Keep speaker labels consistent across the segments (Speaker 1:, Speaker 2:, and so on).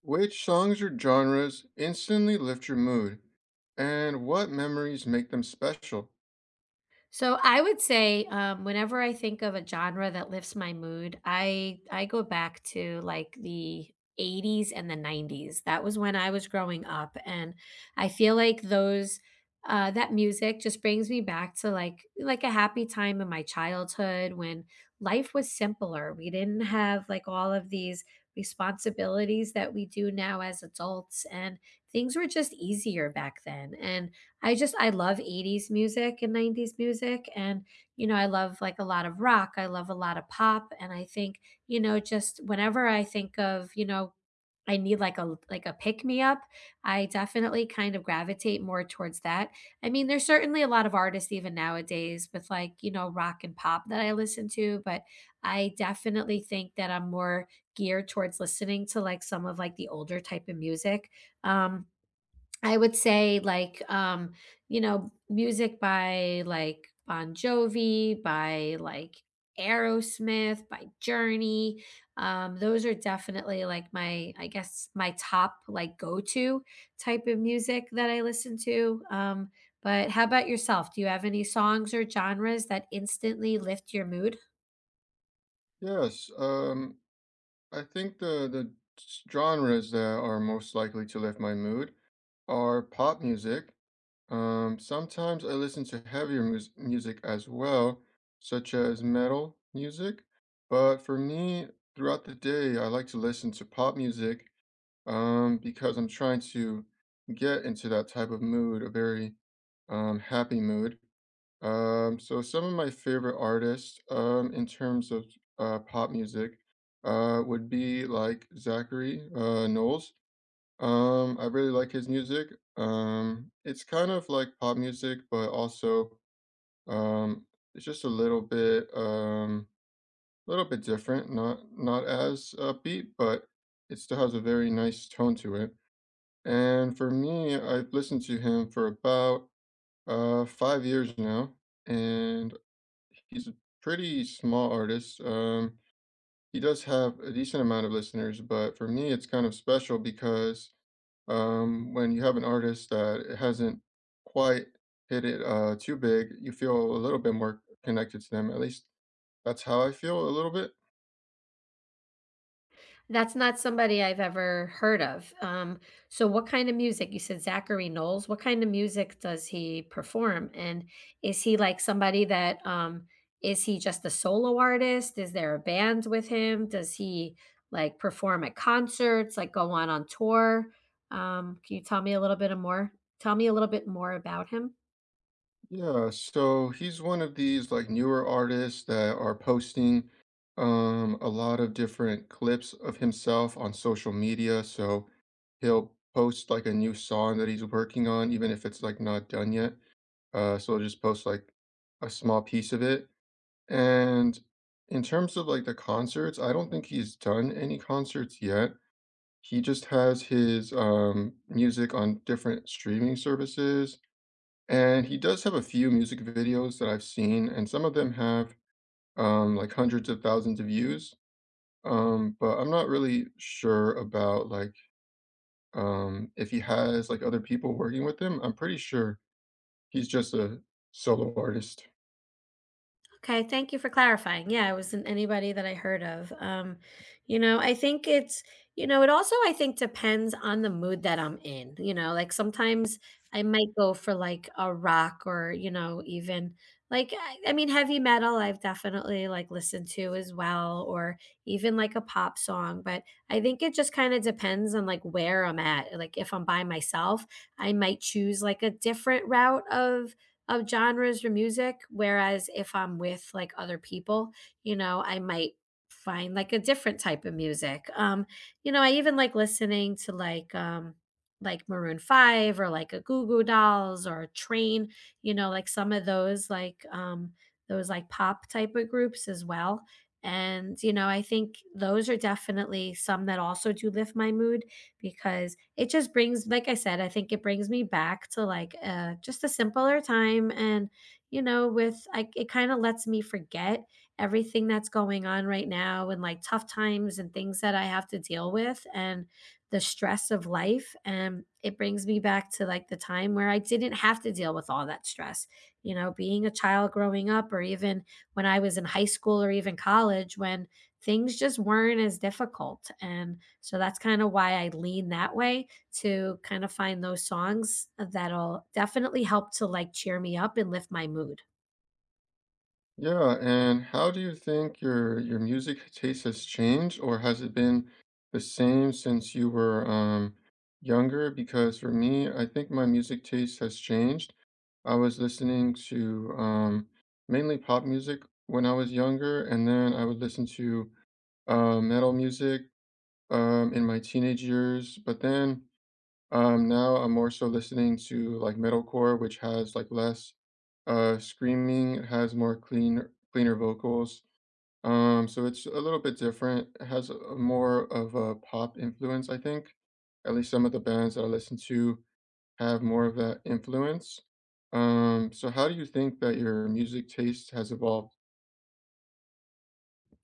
Speaker 1: Which songs or genres instantly lift your mood, and what memories make them special?
Speaker 2: Whenever I think of a genre that lifts my mood, I go back to like the 80s and the 90s. That was when I was growing up, and I feel like those that music just brings me back to like a happy time in my childhood when life was simpler. We didn't have like all of these responsibilities that we do now as adults, and things were just easier back then. And I just I love 80s music and 90s music and, you know, I love, like, a lot of rock, I love a lot of pop, and I think, you know, just whenever I think of, you know, I need, like, a pick-me-up, I definitely kind of gravitate more towards that. I mean, there's certainly a lot of artists even nowadays with, like, you know, rock and pop that I listen to, but I definitely think that I'm more geared towards listening to, like, some of, like, the older type of music. Um I would say like You know, music by like Bon Jovi, by like Aerosmith, by Journey. Those are definitely like my, I guess my top like go-to type of music that I listen to. But how about yourself? Do you have any songs or genres that instantly lift your mood?
Speaker 1: Yes, I think the genres that are most likely to lift my mood are pop music. Sometimes I listen to heavier music as well, such as metal music. But for me, throughout the day, I like to listen to pop music. Because I'm trying to get into that type of mood, a very happy mood. So some of my favorite artists in terms of pop music would be like Zachary Knowles. I really like his music. It's kind of like pop music, but also um, it's just a little bit different. Not as upbeat, but it still has a very nice tone to it. And for me, I've listened to him for about 5 years now, and he's a pretty small artist. He does have a decent amount of listeners, but for me, it's kind of special because when you have an artist that hasn't quite hit it too big, you feel a little bit more connected to them. At least that's how I feel a little bit.
Speaker 2: That's not somebody I've ever heard of. So what kind of music? You said Zachary Knowles. What kind of music does he perform? And is he like somebody that is he just a solo artist? Is there a band with him? Does he like perform at concerts, like go on tour? Can you tell me a little bit of more? Tell me a little bit more about him.
Speaker 1: Yeah, so he's one of these like newer artists that are posting a lot of different clips of himself on social media. So he'll post like a new song that he's working on, even if it's like not done yet. So he'll just post like a small piece of it. And in terms of like the concerts, I don't think he's done any concerts yet. He just has his music on different streaming services, and he does have a few music videos that I've seen, and some of them have, like, hundreds of thousands of views, but I'm not really sure about, like, if he has, like, other people working with him. I'm pretty sure he's just a solo artist.
Speaker 2: Okay, thank you for clarifying. Yeah, it wasn't anybody that I heard of. You know, I think it's, you know, it also I think depends on the mood that I'm in. You know, like sometimes I might go for like a rock or, you know, even like I mean heavy metal I've definitely like listened to as well or even like a pop song, but I think it just kind of depends on like where I'm at. Like if I'm by myself, I might choose like a different route of genres or music. Whereas if I'm with like other people, you know, I might find like a different type of music. You know, I even like listening to like Maroon 5 or like a Goo Goo Dolls or a Train, you know, like some of those like pop type of groups as well. And you know, I think those are definitely some that also do lift my mood because it just brings like I said, I think it brings me back to just a simpler time and you know with I it kind of lets me forget everything that's going on right now and like tough times and things that I have to deal with and the stress of life and it brings me back to like the time where I didn't have to deal with all that stress. You know, being a child growing up or even when I was in high school or even college when things just weren't as difficult and so that's kind of why I lean that way to kind of find those songs that'll definitely help to like cheer me up and lift my mood.
Speaker 1: Yeah, and how do you think your music taste has changed, or has it been the same since you were, younger? Because for me, I think my music taste has changed. I was listening to mainly pop music when I was younger, and then I would listen to metal music in my teenage years. But then now I'm more so listening to like metalcore, which has like less screaming, it has more clean, cleaner vocals. So it's a little bit different. It has more of a pop influence, I think. At least some of the bands that I listen to have more of that influence. So how do you think that your music taste has evolved?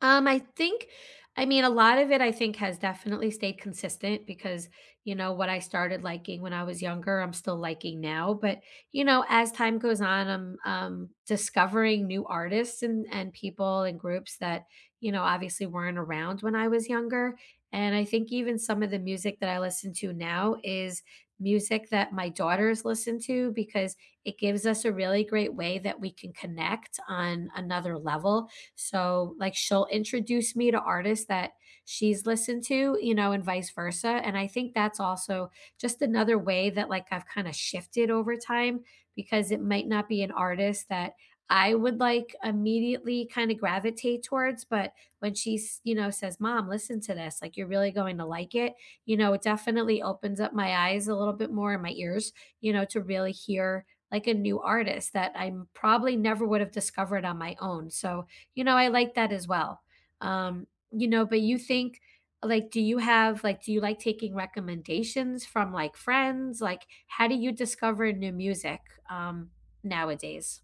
Speaker 2: I think I mean, a lot of it, I think, has definitely stayed consistent because, you know, what I started liking when I was younger, I'm still liking now. But, you know, as time goes on, I'm discovering new artists and people and groups that, you know, obviously weren't around when I was younger. And I think even some of the music that I listen to now is music that my daughters listen to because it gives us a really great way that we can connect on another level so, like, she'll introduce me to artists that she's listened to, you know, and vice versa. And I think that's also just another way that, like, I've kind of shifted over time because it might not be an artist that I would like immediately kind of gravitate towards. But when she's, you know, says, Mom, listen to this, like, you're really going to like it, you know, it definitely opens up my eyes a little bit more and my ears, you know, to really hear like a new artist that I probably never would have discovered on my own. So you know, I like that as well. You know, but you think like do you have like do you like taking recommendations from like friends? Like how do you discover new music um nowadays?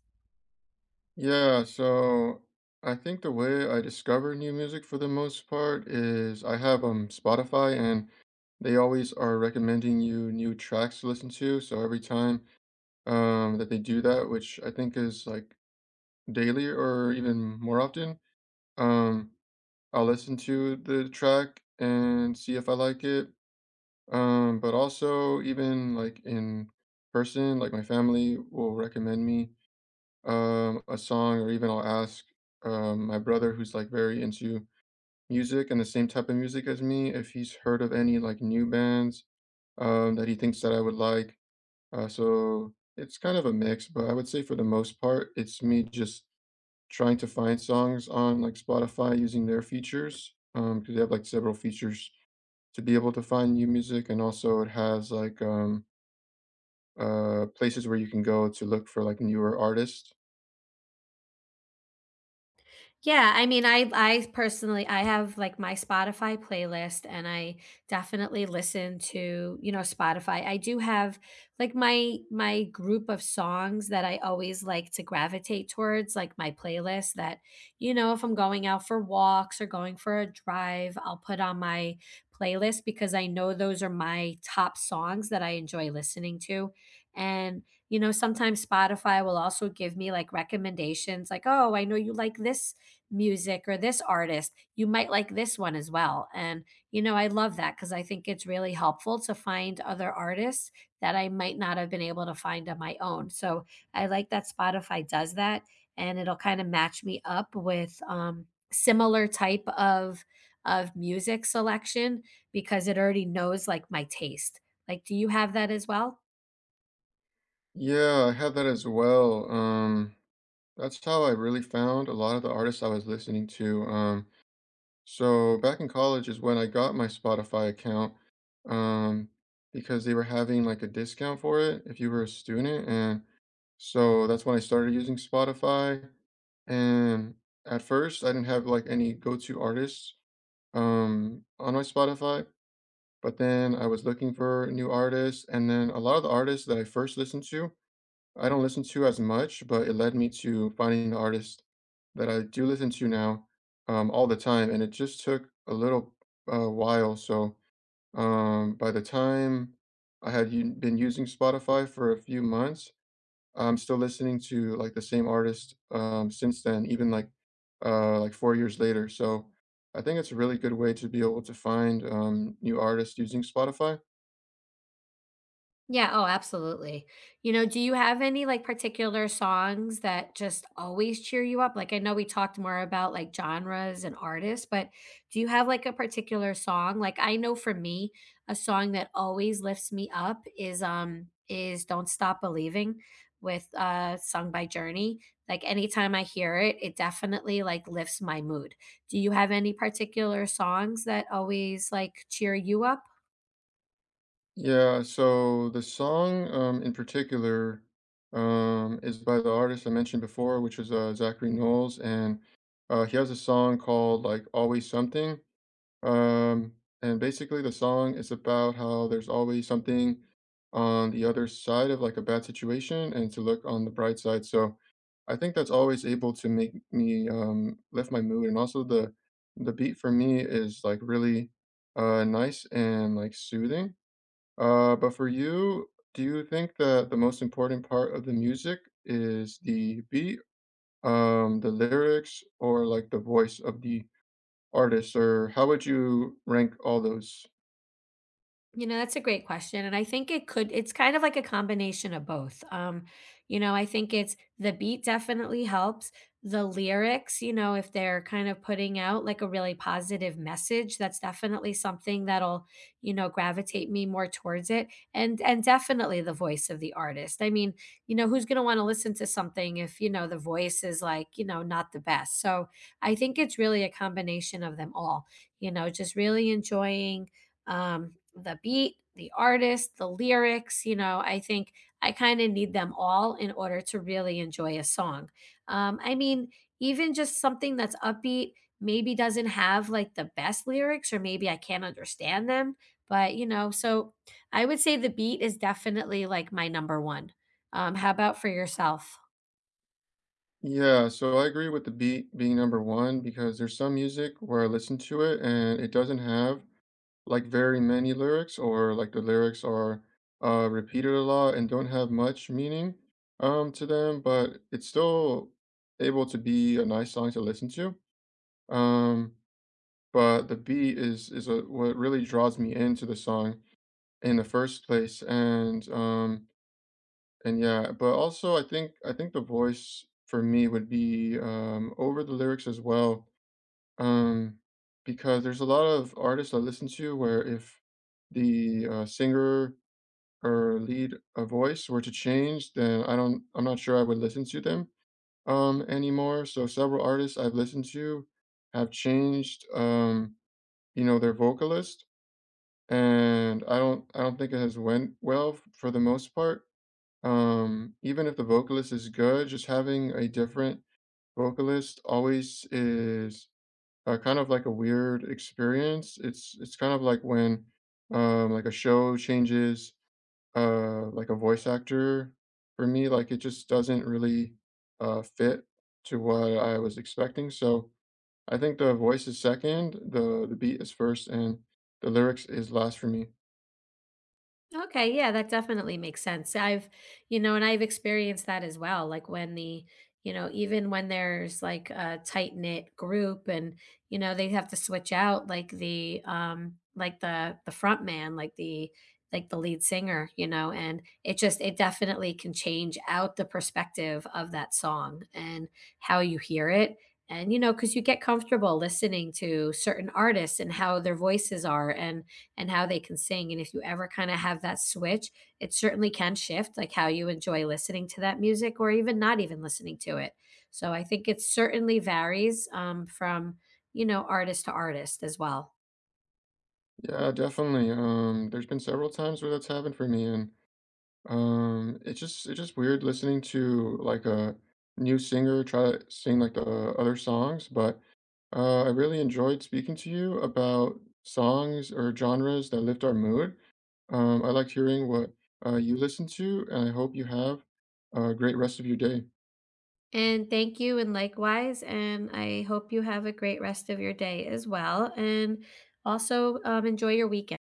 Speaker 1: Yeah, so I think the way I discover new music for the most part is I have Spotify, and they always are recommending you new tracks to listen to. So every time that they do that, which I think is like daily or even more often, um I'll listen to the track and see if I like it. But also even like in person, like my family will recommend me a song, or even I'll ask my brother, who's like very into music and the same type of music as me, if he's heard of any like new bands that he thinks that I would like. So it's kind of a mix, but I would say for the most part it's me just trying to find songs on like Spotify using their features because they have like several features to be able to find new music, and also it has like places where you can go to look for like newer artists.
Speaker 2: Yeah, I mean, I personally I have like my Spotify playlist and I definitely listen to, you know, Spotify. I do have like my group of songs that I always like to gravitate towards, like my playlist that, you know, if I'm going out for walks or going for a drive, I'll put on my playlist because I know those are my top songs that I enjoy listening to. And you know, sometimes Spotify will also give me like recommendations like, oh, I know you like this music or this artist, you might like this one as well. And, you know, I love that because I think it's really helpful to find other artists that I might not have been able to find on my own. So I like that Spotify does that and it'll kind of match me up with similar type of music selection because it already knows like my taste. Like, do you have that as well?
Speaker 1: Yeah, I had that as well. That's how I really found a lot of the artists I was listening to. So back in college is when I got my Spotify account, um, because they were having like a discount for it if you were a student, and so that's when I started using Spotify. And at first, I didn't have like any go-to artists on my Spotify, but then I was looking for new artists, and then a lot of the artists that I first listened to, I don't listen to as much, but it led me to finding the artist that I do listen to now all the time, and it just took a little while. So by the time I had been using Spotify for a few months, I'm still listening to like the same artist since then, even like 4 years later. So I think it's a really good way to be able to find new artists using Spotify.
Speaker 2: Yeah, oh, absolutely. You know, do you have any, like, particular songs that just always cheer you up? Like, I know we talked more about, like, genres and artists, but do you have, like, a particular song? Like, I know for me, a song that always lifts me up is "Don't Stop Believing" with, sung by Journey. Like, anytime I hear it, it definitely, like, lifts my mood. Do you have any particular songs that always, like, cheer you up?
Speaker 1: Yeah, so the song in particular is by the artist I mentioned before, which is Zachary Knowles, and he has a song called like Always Something. Um, and basically, the song is about how there's always something on the other side of like a bad situation, and to look on the bright side. So I think that's always able to make me lift my mood, and also the beat for me is like really nice and like soothing. But for you, do you think that the most important part of the music is the beat, the lyrics, or like the voice of the artist? Or how would you rank all those?
Speaker 2: You know, that's a great question, and I think it could it's kind of like a combination of both. You know, I think it's the beat definitely helps, the lyrics, you know, if they're kind of putting out, like, a really positive message, that's definitely something that'll, you know, gravitate me more towards it, and definitely the voice of the artist. I mean, you know, who's gonna wanna listen to something if, you know, the voice is, like, you know, not the best? So, I think it's really a combination of them all, you know, just really enjoying the beat, the artist, the lyrics. You know, I think I kind of need them all in order to really enjoy a song. I mean, even just something that's upbeat maybe doesn't have like the best lyrics, or maybe I can't understand them. But, you know, so I would say the beat is definitely like my number one. How about for yourself?
Speaker 1: Yeah, so I agree with the beat being number one, because there's some music where I listen to it and it doesn't have like very many lyrics, or like the lyrics are repeated a lot and don't have much meaning to them, but it's still able to be a nice song to listen to. Um, but the beat is what really draws me into the song in the first place, and yeah, but also I think the voice for me would be over the lyrics as well, um, because there's a lot of artists I listen to where if the singer or lead a voice were to change, then I'm not sure I would listen to them anymore. So several artists I've listened to have changed. You know, their vocalist, and I don't think it has went well for the most part. Even if the vocalist is good, just having a different vocalist always is kind of like a weird experience. It's kind of like when like a show changes like a voice actor for me. Like it just doesn't really fit to what I was expecting. So I think the voice is second, the beat is first, and the lyrics is last for me.
Speaker 2: Okay, yeah, that definitely makes sense. I've, you know, and I've experienced that as well. Like when the, you know, even when there's like a tight knit group and, you know, they have to switch out like the front man, like the lead singer, you know, and it just it definitely can change out the perspective of that song and how you hear it. And you know, because you get comfortable listening to certain artists and how their voices are and how they can sing. And if you ever kind of have that switch, it certainly can shift like how you enjoy listening to that music or even not even listening to it. So I think it certainly varies from, you know, artist to artist as well.
Speaker 1: Yeah, definitely. There's been several times where that's happened for me, and it's just weird listening to like a new singer try to sing like the other songs. But I really enjoyed speaking to you about songs or genres that lift our mood. I liked hearing what you listen to, and I hope you have a great rest of your day.
Speaker 2: And thank you, and likewise. And I hope you have a great rest of your day as well. And also enjoy your weekend.